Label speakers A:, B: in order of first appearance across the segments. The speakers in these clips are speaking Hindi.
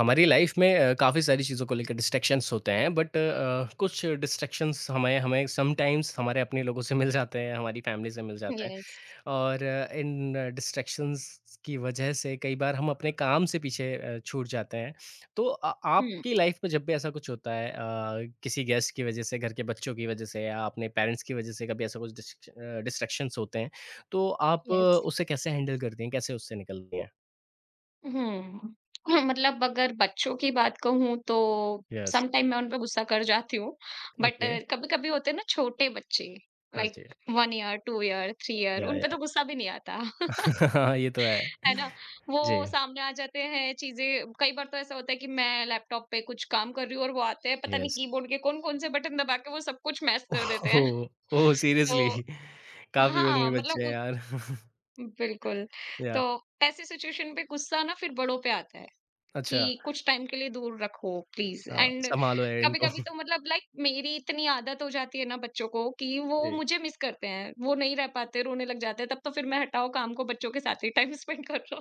A: हमारी लाइफ में काफ़ी सारी चीज़ों को लेकर डिस्ट्रैक्शंस होते हैं बट कुछ डिस्ट्रैक्शंस हमें हमें समटाइम्स हमारे अपने लोगों से मिल जाते हैं हमारी फैमिली से मिल जाते हैं
B: यस।
A: और इन डिस्ट्रैक्शंस की वजह से कई बार हम अपने काम से पीछे छूट जाते हैं तो
B: हुँ,
A: आपकी लाइफ में जब भी ऐसा कुछ होता है किसी गेस्ट की वजह से घर के बच्चों की वजह से या अपने पेरेंट्स की वजह से कभी ऐसा कुछ डिस्ट्रैक्शंस होते हैं तो आप
B: यस।
A: उसे कैसे हैंडल करती हैं कैसे उससे निकलती हैं।
B: हुँ। अगर बच्चों की बात कहूँ तो
A: यस।
B: समटाइम मैं उन पे गुस्सा कर जाती हूँ, बट
A: ओके।
B: कभी-कभी होते हैं ना छोटे बच्चे।
A: हाँ
B: लाइक
A: जी।
B: 1 ईयर, 2 ईयर, 3 ईयर उन पे
A: या।
B: तो गुस्सा भी नहीं आता,
A: ये तो है।
B: है ना? वो
A: जी,
B: सामने आ जाते हैं चीज़ें। कई बार तो ऐसा होता है कि मैं लैपटॉप पे कुछ काम कर रही हूँ और वो आते हैं, पता नहीं
A: यस।
B: कीबोर्ड के कौन-कौन से बटन दबा के वो सब कुछ मैश
A: ओह!
B: कर देते हैं।
A: ओह!
B: तो
A: सीरियसली। काफ़ी उद्यमी
B: हाँ,
A: बच्चे हैं यार।
B: बिल्कुल। तो
A: या।
B: ऐसी सिचुएशन पे गुस्सा ना फिर बड़ों पे आता है
A: अच्छा।
B: कि कुछ टाइम के लिए दूर रखो प्लीज़
A: हाँ,
B: एंड
A: सँभालो है इनको।
B: कभी-कभी तो मेरी इतनी आदत हो जाती है ना बच्चों को कि वो
A: जी।
B: मुझे मिस करते हैं। वो नहीं रह पाते, रोने लग जाते हैं, तब तो फिर मैं हटाओ काम को, बच्चों के साथ ही टाइम स्पेंड कर लो।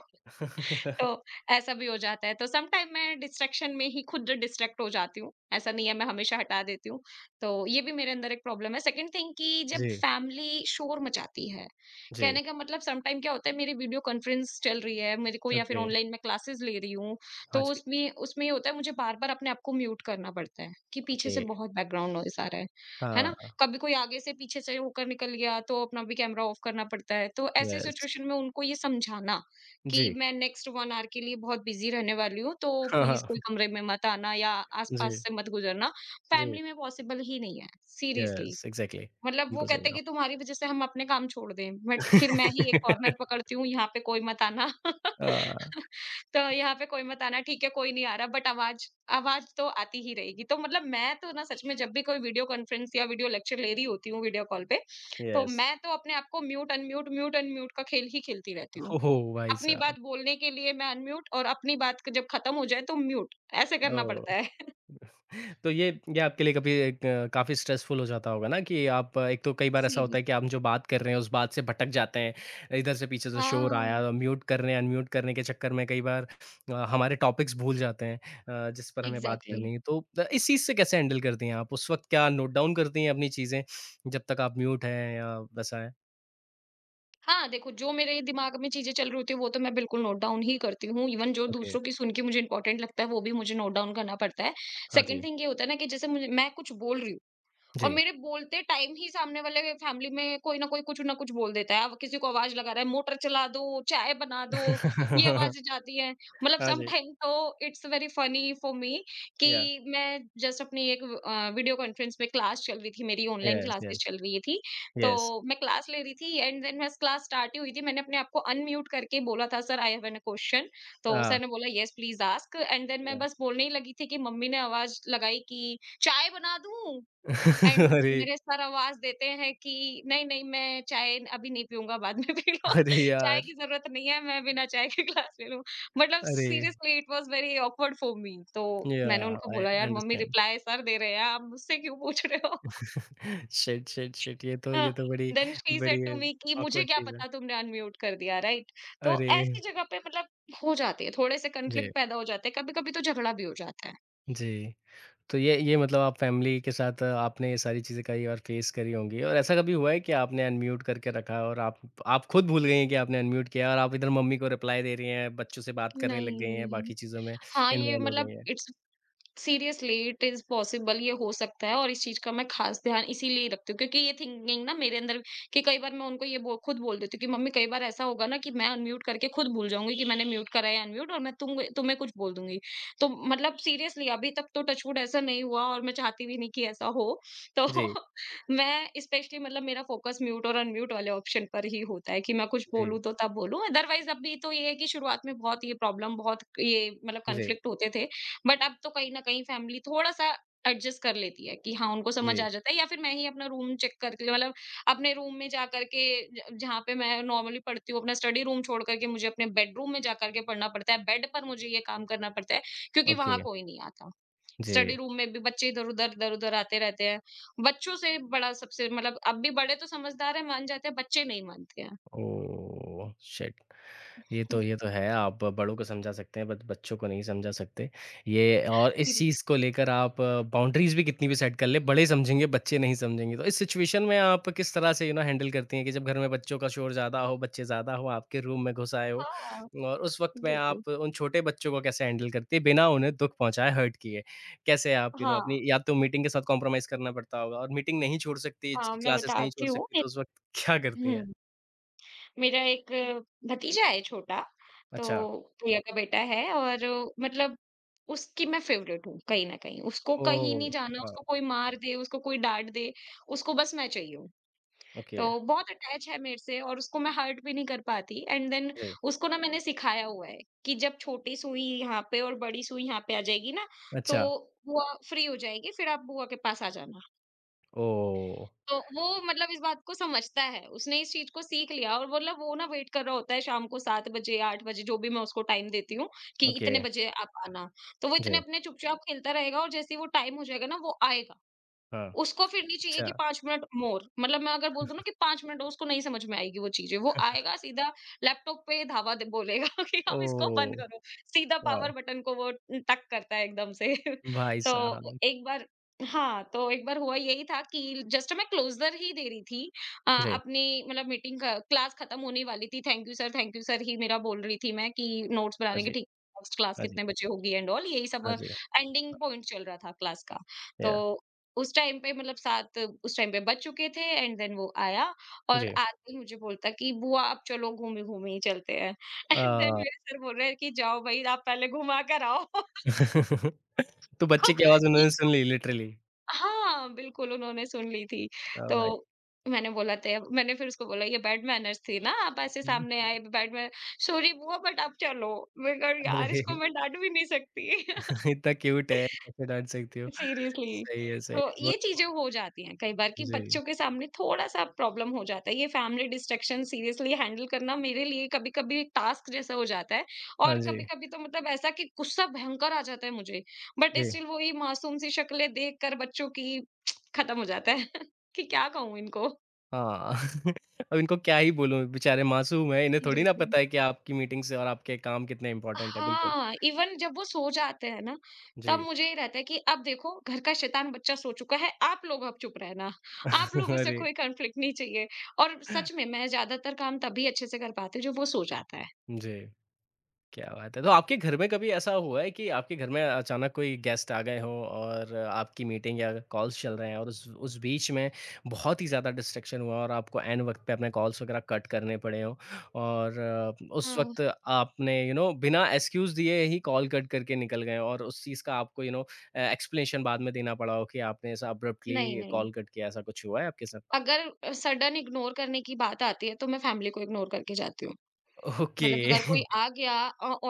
B: तो ऐसा भी हो जाता है। तो सम टाइम मैं डिस्ट्रैक्शन में ही खुद डिस्ट्रैक्ट हो जाती हूँ। ऐसा नहीं है मैं हमेशा हटा देती हूँ। तो ये भी मेरे अंदर एक प्रॉब्लम है। सेकंड थिंग कि जब
A: जी,
B: फैमिली शोर मचाती है,
A: जी,
B: कहने का मतलब सम टाइम क्या होता है, मेरी वीडियो कॉन्फ्रेंस चल रही है मेरे को या फिर
A: ओके।
B: ऑनलाइन मैं क्लासेस ले रही हूँ,
A: हाँ
B: तो
A: जी,
B: उसमें उसमें ये होता है मुझे बार-बार अपने आप को म्यूट करना पड़ता है कि पीछे
A: ओके।
B: से बहुत बैकग्राउंड नॉइज़ आ रहा है। है ना?
A: हाँ,
B: कभी कोई आगे से पीछे से होकर निकल गया तो अपना भी कैमरा ऑफ करना पड़ता है। तो ऐसी
A: यस।
B: सिचुएशन में उनको ये समझाना
A: जी।
B: कि मैं नेक्स्ट 1 आवर के लिए बहुत बिज़ी रहने वाली हूँ, तो
A: हाँ,
B: प्लीज़
A: हाँ।
B: कोई कमरे में मत आना या
A: जी,
B: आस-पास से मत गुज़रना।
A: जी,
B: फैमिली में पॉसिबल ही नहीं है, सीरियसली।
A: Yes, exactly.
B: वो
A: बिल्कुल सही
B: कहते हैं
A: कहा।
B: कि तुम्हारी वज़ह से हम अपने काम छोड़ दें, बट फिर मैं ही एक कॉर्नर पकड़ती हूँ, यहाँ पे कोई मत आना।
A: अ,
B: तो यहाँ पे कोई मत आना, ठीक है, कोई नहीं आ रहा, बट आवाज़ आवाज़ तो आती ही रहेगी। तो मतलब मैं तो ना सच में जब भी कोई वीडियो कॉन्फ्रेंस या वीडियो लेक्चर ले रही होती हूँ वीडियो कॉल पे, तो
A: यस।
B: मैं तो अपने आप को म्यूट, अनम्यूट का खेल ही खेलती रहती हूँ।
A: ओह हो! भाई
B: अपनी
A: साहब।
B: बात बोलने के लिए मैं अनम्यूट और अपनी बात क जब खत्म हो जाए तो म्यूट, ऐसे करना पड़ता
A: ओह!
B: है।
A: तो ये आपके लिए कभी एक काफ़ी स्ट्रेसफुल हो जाता होगा ना कि आप एक तो कई बार ऐसा होता
B: सीरियस
A: है कि हम जो बात कर रहे हैं उस बात से भटक जाते हैं। इधर से पीछे से शोर
B: हाँ,
A: आया, म्यूट करने अनम्यूट करने के चक्कर में कई बार हमारे टॉपिक्स भूल जाते हैं जिस पर हमें बात
B: एग्ज़ैक्टली।
A: करनी है। तो इस चीज़ से कैसे हैंडल करती हैं आप? उस वक़्त क्या नोट डाउन करती हैं अपनी चीज़ें जब तक आप म्यूट हैं या वैसा है?
B: हाँ, देखो जो मेरे दिमाग में चीज़ें चल रही होती हैं वो तो मैं बिल्कुल नोट डाउन ही करती हूँ। इवन जो
A: ओके,
B: दूसरों की सुन के मुझे इम्पोर्टेंट लगता है वो भी मुझे नोट डाउन करना पड़ता है।
A: हाँ जी।
B: सेकंड थिंग ये होता है ना कि जैसे मुझे मैं कुछ बोल रही हूँ और
A: जी।
B: मेरे बोलते टाइम ही सामने वाले फैमिली में कोई ना कोई कुछ ना कुछ बोल देता है। अब किसी को आवाज़ लगा रहा है, "मोटर चला दो, चाय बना दो।" ये आवाज़ें जाती हैं।
A: हाँ जी।
B: समटाइम तो it's very funny for me कि
A: या,
B: मैं जस्ट अपनी एक वीडियो कॉन्फ्रेंस में क्लास चल रही थी, मेरी ऑनलाइन
A: यस,
B: क्लासेस
A: यस,
B: चल रही थी। तो
A: यस।
B: मैं क्लास ले रही थी एंड देन मैं क्लास स्टार्ट ही हुई थी। मैंने अपने आप को अनम्यूट करके बोला था, "sir, I have an question." तो
A: अ,
B: सर ने बोला, "yes, please ask" and then मैं
A: या।
B: बस बोलने ही लगी थी कि मम्मी ने आवाज़ लगाई कि, "चाय बना दूँ?" एंड
A: अरे!
B: मेरे सर आवाज़ देते हैं कि नहीं, नहीं, मैं चाय अभी नहीं पीऊँगा बाद में पी लो,
A: अरे
B: चाय
A: यार!
B: की ज़रूरत नहीं है, मैं बिना चाय के ग्लास ले लूँ।
A: अरे!
B: Seriously it was very awkward for me. तो मैंने
A: याह!
B: उनको
A: आई
B: बोला, यार मम्मी
A: अंडरस्टैंड।
B: रिप्लाई सर दे रहे हैं, आप मुझसे क्यों पूछ रहे हो?
A: Shit, shit, shit. ये तो
B: हाँ,
A: ये तो बड़ी
B: देन शी सेड टू
A: बड़ी
B: मी कि मुझे
A: ऑकवर्ड
B: क्या
A: चीज़ है।
B: पता तुमने अनम्यूट कर दिया, राइट? तो
A: अरे!
B: ऐसी जगह पे हो जाती है, थोड़े से
A: जी,
B: कॉन्फ्लिक्ट पैदा हो जाते हैं, कभी-कभी तो झगड़ा भी हो जाता है।
A: जी। तो ये मतलब आप फैमिली के साथ आपने ये सारी चीज़ें करी और फेस करी होंगी और ऐसा कभी हुआ है कि आपने अनम्यूट करके रखा और आप खुद भूल गई हैं कि आपने अनम्यूट किया और आप इधर मम्मी को रिप्लाई दे रही हैं, बच्चों से बात करने लग गई हैं,
B: नहीं।
A: बाकी चीज़ों में
B: हाँ, ये
A: इन्वॉल्व हो गई हैं?
B: It's seriously it is possible, ये हो सकता है, और इस चीज़ का मैं ख़ास ध्यान इसीलिए रखती हूँ क्योंकि ये थिंकिंग ना मेरे अंदर कि कई बार मैं उनको ये बो खुद बोल देती हूँ कि मम्मी कई बार ऐसा होगा ना कि मैं अनम्यूट करके खुद भूल जाऊँगी कि मैंने म्यूट करा है अनम्यूट, और मैं तुम्हें कुछ बोल दूँगी। तो सीरियसली अभी तक तो टचवुड ऐसा नहीं हुआ और मैं चाहती भी नहीं कि ऐसा हो। तो
A: जी,
B: मैं स्पेशली मेरा फ़ोकस म्यूट और अनम्यूट वाले ऑप्शन पर ही होता है कि मैं कुछ
A: जी,
B: बोलूँ तो तब बोलूँ, अदरवाइज़ अभी तो ये है कि शुरुआत में बहुत ये प्रॉब्लम, बहुत ये
A: जी,
B: कॉन्फ्लिक्ट होते थे। बट अब तो कहीं न कहीं फैमिली थोड़ा-सा एडजस्ट कर लेती है कि हाँ, उनको समझ
A: जी।
B: आ जाता है, या फिर मैं ही अपना रूम चेक करके अपने रूम में जा कर के ज जहाँ पे मैं नॉर्मली पढ़ती हूँ, अपना स्टडी रूम छोड़ कर के मुझे अपने बेडरूम में जा कर के पढ़ना पड़ता है। बेड पर मुझे ये काम करना पड़ता है क्योंकि वहाँ
A: ओके,
B: कोई नहीं आता। स्टडी
A: जी।
B: रूम में भी बच्चे इधर-उधर, इधर-उधर आते रहते हैं। बच्चों से बड़ा सबसे मतलब अब भी बड़े तो समझदार हैं, मान जाते हैं, बच्चे नहीं मानते हैं।
A: ओह! शिट! ये तो ये तो है, आप बड़ों को समझा सकते हैं बट बच्चों को नहीं समझा सकते। ये और इस
B: सीरी
A: चीज़ को लेकर आप बाउंड्रीज़ भी कितनी भी सेट कर लें, बड़े समझेंगे, बच्चे नहीं समझेंगे। तो इस सिचुएशन में आप किस तरह से यू नो हैंडल करती हैं कि जब घर में बच्चों का शोर ज़्यादा हो, बच्चे ज़्यादा हो, आपके रूम में घुस आए हो
B: हाँ,
A: और उस वक़्त में
B: बिल्कुल।
A: आप उन छोटे बच्चों को कैसे हैंडल करती हैं, बिना उन्हें दुःख पहुँचाए, हर्ट किए? कैसे आप यू नो
B: हाँ,
A: अपनी या तो मीटिंग के साथ कॉम्प्रोमाइज़ करना पड़ता होगा और मीटिंग नहीं छोड़ सकती,
B: हाँ, मैं
A: क्लासेस नहीं
B: बताती
A: छोड़
B: हूँ
A: सकती, तो
B: एक।
A: उस वक़्त क्या करती हैं?
B: हुँ। मेरा एक भतीजा है छोटा,
A: अच्छा।
B: तो भैया का बेटा है, और मतलब उसकी मैं फ़ेवरेट हूँ कहीं न कहीं। उसको कहीं
A: ओह!
B: नहीं जाना,
A: वाओ!
B: उसको कोई मार दे, उसको कोई डाँट दे, उसको बस मैं चाहिए हूँ।
A: ओके।
B: तो बहुत अटैच है मेरे से और उसको मैं हर्ट भी नहीं कर पाती एंड देन
A: जी,
B: उसको ना मैंने सिखाया हुआ है कि जब छोटी सुई यहाँ पे और बड़ी सुई यहाँ पे आ जाएगी ना,
A: अच्छा,
B: तो बुआ फ्री हो जाएगी, फिर आप बुआ के पास आ जाना।
A: ओह!
B: तो वो इस बात को समझता है, उसने इस चीज़ को सीख लिया, और वो ना वेट कर रहा होता है शाम को 7 बजे, 8 बजे, जो भी मैं उसको टाइम देती हूँ कि
A: ओके,
B: इतने बजे आप आना। तो वो इतने
A: जी,
B: अपने चुपचाप खेलता रहेगा और जैसे ही वो टाइम हो जाएगा ना वो आएगा।
A: हाँ,
B: उसको फिर नहीं चाहिए
A: अच्छा,
B: कि 5 मिनट मोर, मैं अगर बोल दूँ ना कि 5 मिनट और, उसको नहीं समझ में आएगी वो चीज़ें, वो आएगा सीधा लैपटॉप पे धावा द बोलेगा कि अब इसको बंद
A: ओह!
B: करो। सीधा
A: वाओ!
B: पावर बटन को वो टक करता है एकदम से।
A: भाई
B: तो
A: साहब!
B: एक बार हाँ, तो एक बार हुआ यही था कि जस्ट मैं क्लोज़र ही दे रही थी
A: जी,
B: अपनी मतलब मीटिंग क क्लास खत्म होने वाली थी, थैंक यू सर ही मेरा बोल रही थी मैं कि नोट्स
A: हाँ
B: बनाने की
A: जी,
B: ठीक नेक्स्ट क्लास
A: हाँ जी,
B: कितने बजे होगी एंड ऑल, यही सब
A: हाँ जी,
B: एंडिंग पॉइंट चल रहा था क्लास का।
A: या,
B: तो उस टाइम पे मतलब साथ उस टाइम पे बज चुके थे एंड देन वो आया और
A: जी,
B: आते ही मुझे बोलता कि बुआ आप चलो घूमे घूमे ही चलते हैं। एंड देन
A: अ,
B: मेरे सर बोल रहे हैं कि जाओ भाई आप पहले घुमा कर आओ।
A: तो बच्चे की आवाज़
B: ये
A: उन्होंने सुन ली लिटरली।
B: हाँ, बिल्कुल उन्होंने सुन ली थी।
A: वाह
B: तो
A: भाई!
B: मैंने बोला थे मैंने फिर उसको बोला ये बैड मैनर्स थी ना, आप ऐसे
A: हुँ,
B: सामने आए, बैड मैनर सॉरी बुआ बट आप चलो। मैं कहा, यार इसको
A: अरे!
B: मैं डांट भी नहीं सकती।
A: इतना क्यूट है, कैसे डाँट सकती हो?
B: सीरियसली।
A: सही
B: तो
A: है, बहुत
B: ये चीजें
A: खूब,
B: हो जाती हैं कई बार कि
A: जी,
B: बच्चों के सामने थोड़ा सा प्रॉब्लम हो जाता है। ये फैमिली डिस्ट्रक्शन सीरियसली हैंडल करना मेरे लिए कभी कभी टास्क जैसा हो जाता है,
A: हाँ
B: और
A: जी,
B: कभी कभी तो ऐसा कि गुस्सा भयंकर आ जाता है मुझे, बट
A: जी,
B: स्टिल वही मासूम सी शक्लें देख कर बच्चों की खत्म हो जाता है कि क्या कहूँ इनको।
A: हाँ। अब इनको क्या ही बोलूँ, बेचारे मासूम हैं, इन्हें थोड़ी ना
B: सीरियसली।
A: पता है कि आपकी मीटिंग्स और आपके काम कितने इम्पोर्टेंट है, बिल्कुल,
B: हाँ, इवन जब वो सो जाते हैं ना, तब
A: जी।
B: मुझे ये रहता है कि अब देखो घर का शैतान बच्चा सो चुका है, आप लोग अब चुप रहना। आप लोगों से
A: अरे!
B: कोई कॉन्फ्लिक्ट नहीं चाहिए, और सच में मैं ज़्यादातर काम तभी अच्छे से कर पाती हूँ जब वो सो जाता है।
A: जी, क्या बात है। तो आपके घर में कभी ऐसा हुआ है कि आपके घर में अचानक कोई गेस्ट आ गए हों और आपकी मीटिंग या कॉल्स चल रहे हैं और उस बीच में बहुत ही ज़्यादा डिस्ट्रैक्शन हुआ और आपको ऐन वक़्त पे अपने कॉल्स वगैरह कट करने पड़े हों और उस
B: हाँ।
A: वक़्त आपने यू नो बिना एक्सक्यूज़ दिए ही कॉल कट करके निकल गए हों और उस चीज़ का आपको यू नो एक्सप्लेनेशन बाद में देना पड़ा हो कि आपने ऐसा
B: नहीं,
A: अब्रप्टली
B: नहीं,
A: कॉल कट किया, ऐसा कुछ हुआ है आपके साथ?
B: अगर सडन इग्नोर करने की बात आती है, तो मैं फैमिली को इग्नोर करके जाती हूँ।
A: ओके।
B: अगर कोई आ गया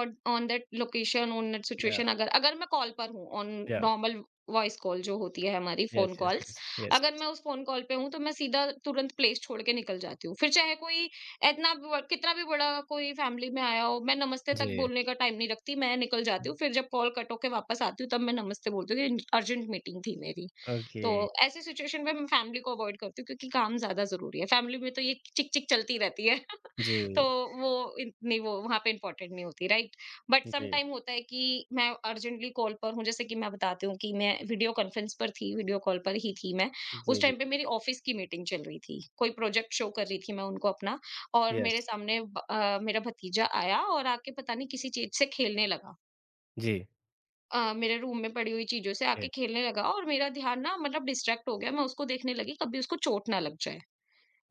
B: on on that location, on that
A: या,
B: सिचुएशन, अगर अगर मैं कॉल पर हूँ, ऑन
A: या।
B: नॉर्मल वॉइस कॉल जो होती है, हमारी
A: yes,
B: phone
A: yes,
B: calls,
A: yes, yes,
B: अगर
A: यस।
B: मैं उस फोन कॉल पे हूँ तो मैं सीधा तुरंत प्लेस छोड़ के निकल जाती हूँ, फिर चाहे कोई कितना भी बड़ा कोई फैमिली में आया हो, मैं नमस्ते
A: जी।
B: तक बोलने का टाइम नहीं रखती, मैं निकल जाती हूँ, फिर जब कॉल कट होके वापस आती हूँ तब मैं नमस्ते बोलती हूँ कि अर्जेंट मीटिंग थी मेरी।
A: ओके।
B: तो ऐसी सिचुएशन में मैं फैमिली को अवॉइड करती हूँ क्योंकि काम ज्यादा जरूरी है, फैमिली में तो ये चिक चिक चलती रहती है।
A: जी,
B: तो वो इतनी वो वहाँ पे इम्पोर्टेंट नहीं होती, राइट। बट सम
A: जी,
B: टाइम होता है कि मैं अर्जेंटली कॉल पर हूँ, जैसे कि मैं बताती हूँ कि मैं वीडियो कॉन्फ्रेंस पर थी, वीडियो कॉल पर ही थी मैं।
A: जी,
B: उस
A: जी।
B: टाइम पे मेरी ऑफिस की मीटिंग चल रही थी, कोई प्रोजेक्ट शो कर रही थी मैं उनको अपना। और
A: यस।
B: मेरे सामने मेरा भतीजा आया और आके पता नहीं किसी चीज से खेलने लगा।
A: जी,
B: मेरे रूम में पड़ी हुई चीजों से
A: जी,
B: आके खेलने लगा और मेरा ध्यान ना, मतलब डिस्ट्रैक्ट हो गया। मैं उसको देखने लगी कभी उसको चोट ना लग जाए,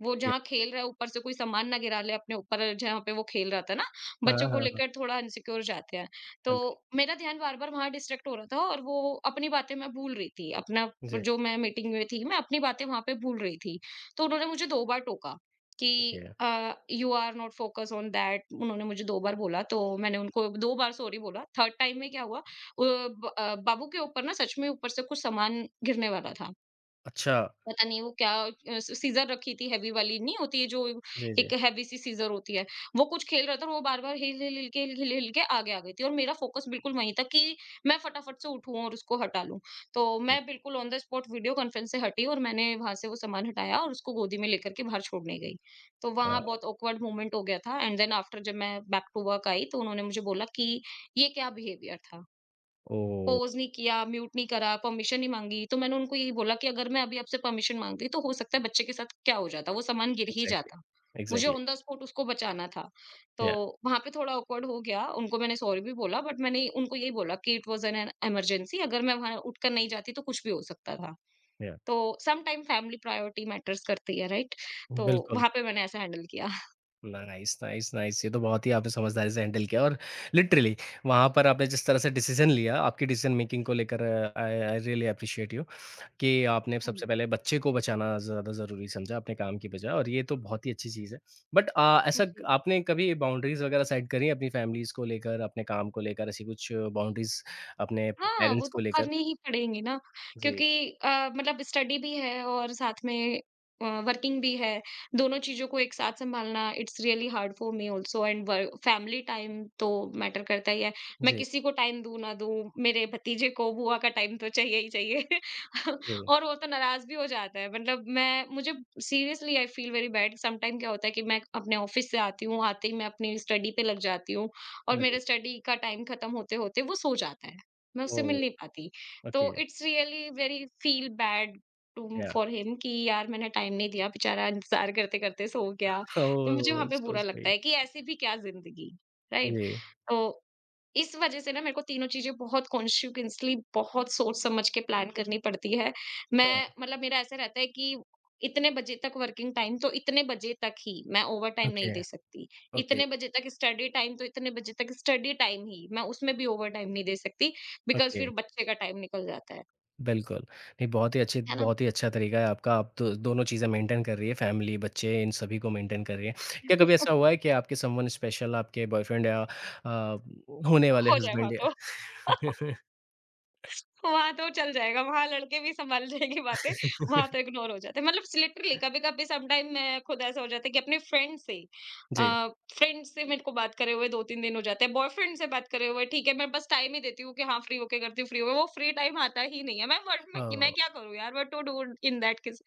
B: वो
A: य
B: जहाँ खेल रहा है ऊपर से कोई सामान ना गिरा ले अपने ऊपर, जहाँ पे वो खेल रहा था ना,
A: हाँ,
B: बच्चों को
A: हाँ, हाँ,
B: लेकर थोड़ा इनसिक्योर जाते हैं। तो
A: बिल्कुल।
B: मेरा ध्यान बार-बार वहाँ डिस्ट्रैक्ट हो रहा था और वो अपनी बातें मैं भूल रही थी। अपना
A: जी,
B: जो मैं मीटिंग में थी, मैं अपनी बातें वहाँ पे भूल रही थी। तो उन्होंने मुझे 2 बार टोका कि
A: okay.
B: "You are not focus on that". उन्होंने मुझे 2 बार बोला तो मैंने उनको 2 बार सॉरी बोला। थर्ड टाइम में क्या हुआ, बाबू के ऊपर ना सच में ऊपर से कुछ सामान गिरने वाला था।
A: अच्छा,
B: पता नहीं वो क्या, स सीज़र रखी थी, हेवी वाली नहीं होती है जो,
A: जी, जी,
B: एक हेवी सी सीज़र होती है। वो कुछ खेल रहा था और वो बार-बार हिल, हिल, हिल के हिल, हिल हिल के आगे आ गई थी और मेरा फ़ोकस बिल्कुल वहीं था कि मैं फटाफट से उठूँ और उसको हटा लूँ। तो
A: जी।
B: मैं बिल्कुल on the spot video conference से हटी और मैंने वहाँ से वो सामान हटाया और उसको गोदी में लेकर के बाहर छोड़ने गई। तो वहाँ
A: अ,
B: बहुत ऑकवर्ड मोमेंट हो गया था एंड देन आफ्टर, जब मैं बैक टू वर्क आई तो उन्होंने मुझे बोला कि, "ये क्या बिहेवियर था?
A: ओह!
B: पॉज़ नहीं किया, म्यूट नहीं करा, परमिशन नहीं माँगी"। तो मैंने उनको यही बोला कि अगर मैं अभी आपसे परमिशन माँगती तो हो सकता है बच्चे के साथ क्या हो जाता, वो सामान गिर ही
A: एग्ज़ैक्टली,
B: जाता। मुझे
A: एग्ज़ैक्टली।
B: ऑन द स्पॉट उसको बचाना था। तो
A: या,
B: वहाँ पे थोड़ा ऑकवर्ड हो गया, उनको मैंने सॉरी भी बोला बट मैंने उनको यही बोला कि इट वाज़ एन इमरजेंसी, अगर मैं वहाँ उठकर नहीं जाती तो कुछ भी हो सकता था।
A: या।
B: तो some time family priority matters करती है, राइट? तो
A: बिल्कुल।
B: वहाँ पे मैंने ऐसा हैंडल किया।
A: Nice, nice, nice. ये तो बहुत ही आपने समझदारी से हैंडल किया और लिटरली वहाँ पर आपने जिस तरह से डिसीज़न लिया, आपकी डिसीज़न मेकिंग को लेकर I I really appreciate you. कि आपने सबसे
B: हुँ,
A: पहले बच्चे को बचाना ज़्यादा ज़रूरी समझा अपने काम की बजाय और ये तो बहुत ही अच्छी चीज़ है। बट ऐसा
B: जी।
A: आपने कभी बाउंड्रीज़ वगैरह सेट करी हैं अपनी फैमिलीज़ को लेकर, अपने काम को लेकर ऐसी कुछ बाउंड्रीज़ अपने
B: हाँ, वो
A: पेरेंट्स
B: तो
A: को लेकर?
B: करनी ही पड़ेंगी ना,
A: जी,
B: क्योंकि अ, मतलब स्टडी भी है और साथ में वर्किंग भी है। दोनों चीज़ों को एक साथ संभालना it's really hard for me also and our family time तो मैटर करता ही है। मैं
A: जी,
B: किसी को टाइम दूँ ना दूँ, मेरे भतीजे को बुआ का टाइम तो चाहिए ही चाहिए
A: जी।
B: और वो तो नाराज़ भी हो जाता है। मतलब मैं मुझे seriously I feel very bad. Some time क्या होता है कि मैं अपने ऑफ़िस से आती हूँ, आते ही मैं अपनी स्टडी पे लग जाती हूँ और
A: हाँ जी।
B: मेरा स्टडी का टाइम खत्म होते-होते वो सो जाता है। मैं उससे मिल
A: ओह!
B: नहीं पाती। तो
A: okay,
B: it's really very feel bad to
A: या।
B: फॉर हिम कि यार मैंने टाइम नहीं दिया, बेचारा इंतज़ार करते-करते सो गया। तो मुझे वहाँ
A: ओह!
B: पे
A: सो
B: बुरा लगता
A: स्वीट।
B: है कि ऐसी भी क्या ज़िंदगी, राइट?
A: जी।
B: तो इस वजह से ना मेरे को तीनों चीज़ें बहुत कॉन्शियसली, बहुत सोच समझ के प्लान करनी पड़ती है।
A: हाँ।
B: मैं मतलब मेरा ऐसा रहता है कि इतने बजे तक वर्किंग टाइम तो इतने बजे तक ही, मैं ओवरटाइम नहीं
A: ओके,
B: दे सकती।
A: ओके,
B: इतने बजे तक स्टडी टाइम तो इतने बजे तक स्टडी टाइम ही, मैं उसमें भी ओवरटाइम नहीं दे सकती बिकॉज़
A: ओके।
B: फिर बच्चे का टाइम निकल जाता है।
A: बिल्कुल। नहीं,
B: है ना?
A: बहुत ही अच्छा तरीका है आपका, आप दो दोनों चीज़ें मेंटेन कर रही है, फैमिली, बच्चे इन सभी को मेंटेन कर रही हैं। क्या कभी ऐसा हुआ है कि आपके समवन स्पेशल आपके बॉयफ्रेंड या होने वाले
B: हो जाएगा
A: हस्बैंड या।
B: तो। वहाँ तो चल जाएगा, वहाँ लड़के भी सँभाल जाएँगे बातें, वहाँ तो इग्नोर हो जाता है। मतलब लिटरली कभी-कभी समटाइम मैं, खुद ऐसा हो जाता है कि अपने फ्रेंड से
A: जी।
B: अ, फ्रेंड से मेरे को बात करे हुए 2-3 दिन हो जाते हैं। बॉयफ्रेंड से बात करे हुए ठीक है, मैं बस टाइम ही देती हूँ कि हाँ, फ्री होके करती हूँ, फ्री हो, वो फ्री टाइम आता ही नहीं है। मैं व्हाट, मैं
A: ओह!
B: मैं क्या करूँ यार, what to do in that case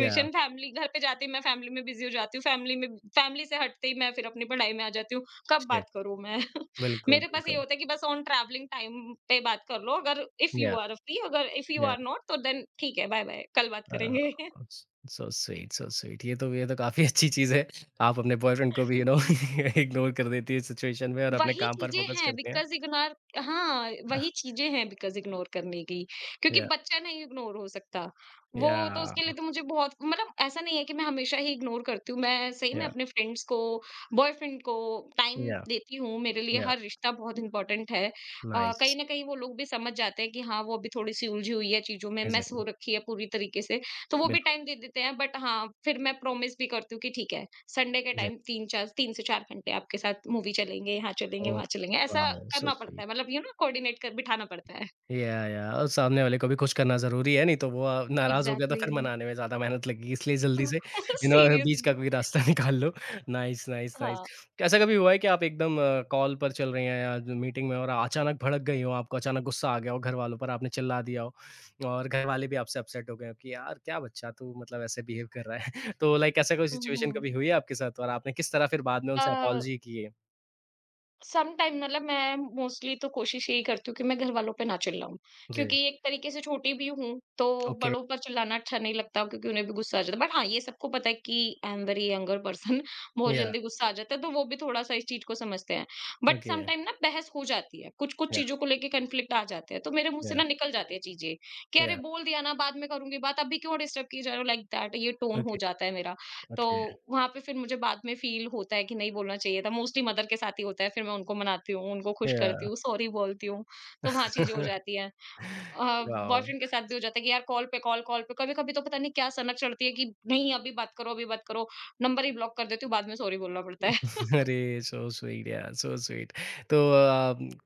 A: या।
B: फैमिली घर पे जाते ही मैं फैमिली में बिज़ी हो जाती हूँ, फैमिली में, फैमिली से हटते ही मैं फिर अपनी पढ़ाई में आ जाती हूँ, कब
A: शिट!
B: बात करूँ मैं?
A: बिल्कुल,
B: मेरे पास ये
A: बिल्कुल।
B: होता है कि बस ऑन ट्रैवलिंग टाइम पे बात कर लो, अगर इफ यू
A: या
B: आर फ्री, अगर इफ यू
A: या
B: आर नॉट तो देन ठीक है, बाय बाय, कल बात
A: अ,
B: करेंगे।
A: स सो स्वीट, सो स्वीट। ये तो काफ़ी अच्छी चीज़ है। आप अपने बॉयफ्रेंड को भी यू नो इग्नोर कर देती है सिचुएशन में और अपने
B: वही
A: काम पर
B: चीज़ें
A: फ़ोकस
B: हैं
A: करते हैं।
B: बिकॉज़ इग्नोर हाँ,
A: अह,
B: वही चीज़ें हैं बिकॉज़ इग्नोर करने की, क्योंकि
A: या
B: बच्चा नहीं इग्नोर हो सकता। वो तो, उसके लिए
A: या
B: तो मुझे बहुत, मतलब ऐसा नहीं है कि मैं हमेशा ही इग्नोर करती हूँ। मैं सही में
A: या
B: अपने फ्रेंड्स को, बॉयफ्रेंड को टाइम
A: या
B: देती हूँ। मेरे लिए
A: या।
B: हर रिश्ता बहुत इम्पोर्टेंट है।
A: नाइस,
B: कहीं न कहीं वो लोग भी समझ जाते हैं कि हाँ, वो अभी थोड़ी-सी उलझी हुई है चीज़ों में, मेस हो
A: एग्ज़ैक्टली,
B: रखी है पूरी तरीके से। तो वो भी
A: बिल्कुल,
B: टाइम दे देते हैं, बट हाँ, फिर मैं प्रॉमिस भी करती हूँ कि ठीक है, संडे के
A: जी।
B: टाइम 3-4 3 से 4 घंटे आपके साथ मूवी चलेंगे, यहाँ चलेंगे,
A: ओह!
B: वहाँ चलेंगे, ऐसा
A: वॉव, सो
B: करना पड़ता
A: स्वीट।
B: है। मतलब यू नो कोऑर्डिनेट कर बिठाना पड़ता है।
A: या और सामने वाले को भी खुश करना ज़रूरी है, नहीं तो वो नाराज़ हो गया तो फिर
B: एग्ज़ैक्टली।
A: मनाने में ज़्यादा मेहनत लगेगी, इसलिए जल्दी से यू नो बीच
B: सीरियसली,
A: का कोई रास्ता निकाल लो। Nice, nice, nice.
B: हाँ।
A: ऐसा कभी हुआ है कि आप एकदम कॉल पर चल रही हैं या जो मीटिंग में और अचानक भड़क गई हो, आपको अचानक गुस्सा आ गया हो घरवालों पर, आपने चिल्ला दिया हो और घरवाले भी आपसे अपसेट हो गए हो कि यार क्या बच्चा तू मतलब ऐसे बिहेव कर रहा है। तो लाइक ऐसा कोई
B: हुँ,
A: सिचुएशन
B: हुँ।
A: कभी हुई है आपके साथ और आपने किस तरह फिर बाद में उनसे
B: अ,
A: अपॉलजी की है?
B: सम टाइम, मतलब मैं मोस्टली तो कोशिश यही करती हूँ कि मैं घर वालों पे ना चिल्लाऊँ,
A: जी।
B: क्योंकि एक तरीके से छोटी भी हूँ, तो
A: Okay.
B: बड़ों पर चिल्लाना अच्छा नहीं लगता क्योंकि उन्हें भी गुस्सा आ जाता है। बट हाँ, ये सबको पता है कि I am very younger person बहुत
A: Yeah.
B: जल्दी गुस्सा आ जाता है, तो वो भी थोड़ा-सा इस चीज़ को समझते हैं। But some
A: Okay.
B: टाइम ना बहस हो जाती है, कुछ-कुछ
A: Yeah.
B: चीज़ों को लेके कॉन्फ्लिक्ट आ जाते हैं, तो मेरे मुँह से
A: Yeah.
B: ना निकल जाती है चीज़ें कि अरे,
A: Yeah.
B: बोल दिया ना बाद में करूँगी बात, अभी क्यों डिस्टर्ब किए जा रहे हो, लाइक दैट ये टोन हो
A: Okay.
B: जाता है मेरा। तो
A: Okay.
B: वहाँ पे फिर मुझे बाद में फ़ील होता है कि नहीं बोलना चाहिए था। मोस्टली मदर के साथ ही होता है, फिर मैं उनको मनाती हूँ, उनको खुश करती
A: Yeah.
B: हूँ, सॉरी बोलती हूँ, तो वहाँ चीज़ें हो जाती हैं। अ,
A: Wow.
B: बॉयफ्रेंड के साथ भी हो जाता है कि यार, कॉल पे कॉल, कॉल पे, कभी-कभी तो पता नहीं क्या सनक चढ़ती है कि नहीं अभी बात करो, अभी बात करो, नंबर ही ब्लॉक कर देती हूँ, बाद में सॉरी बोलना पड़ता है।
A: अरे! सो स्वीट यार, सो स्वीट। तो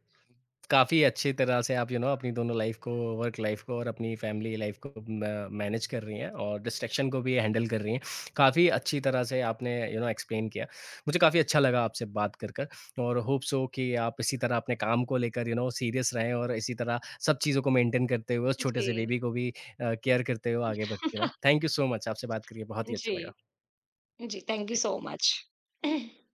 A: काफ़ी अच्छी तरह से आप यू नो अपनी दोनों लाइफ़ को, वर्क लाइफ़ को और अपनी फैमिली लाइफ़ को म मैनेज कर रही हैं और डिस्ट्रैक्शन को भी हैंडल कर रही हैं। काफ़ी अच्छी तरह से आपने यू नो एक्सप्लेन किया। मुझे काफ़ी अच्छा लगा आपसे बात कर कर और होप सो कि आप इसी तरह अपने काम को लेकर यू नो सीरियस रहें और इसी तरह सब चीज़ों को मेंटेन करते हुए उस छोटे
B: जी।
A: से बेबी को भी केयर करते हुए आगे बढ़ते रहें। थैंक यू सो मच, आपसे बात करके बहुत ही
B: जी।
A: अच्छा लगा।
B: जी, थैंक यू
A: जी।
B: So much.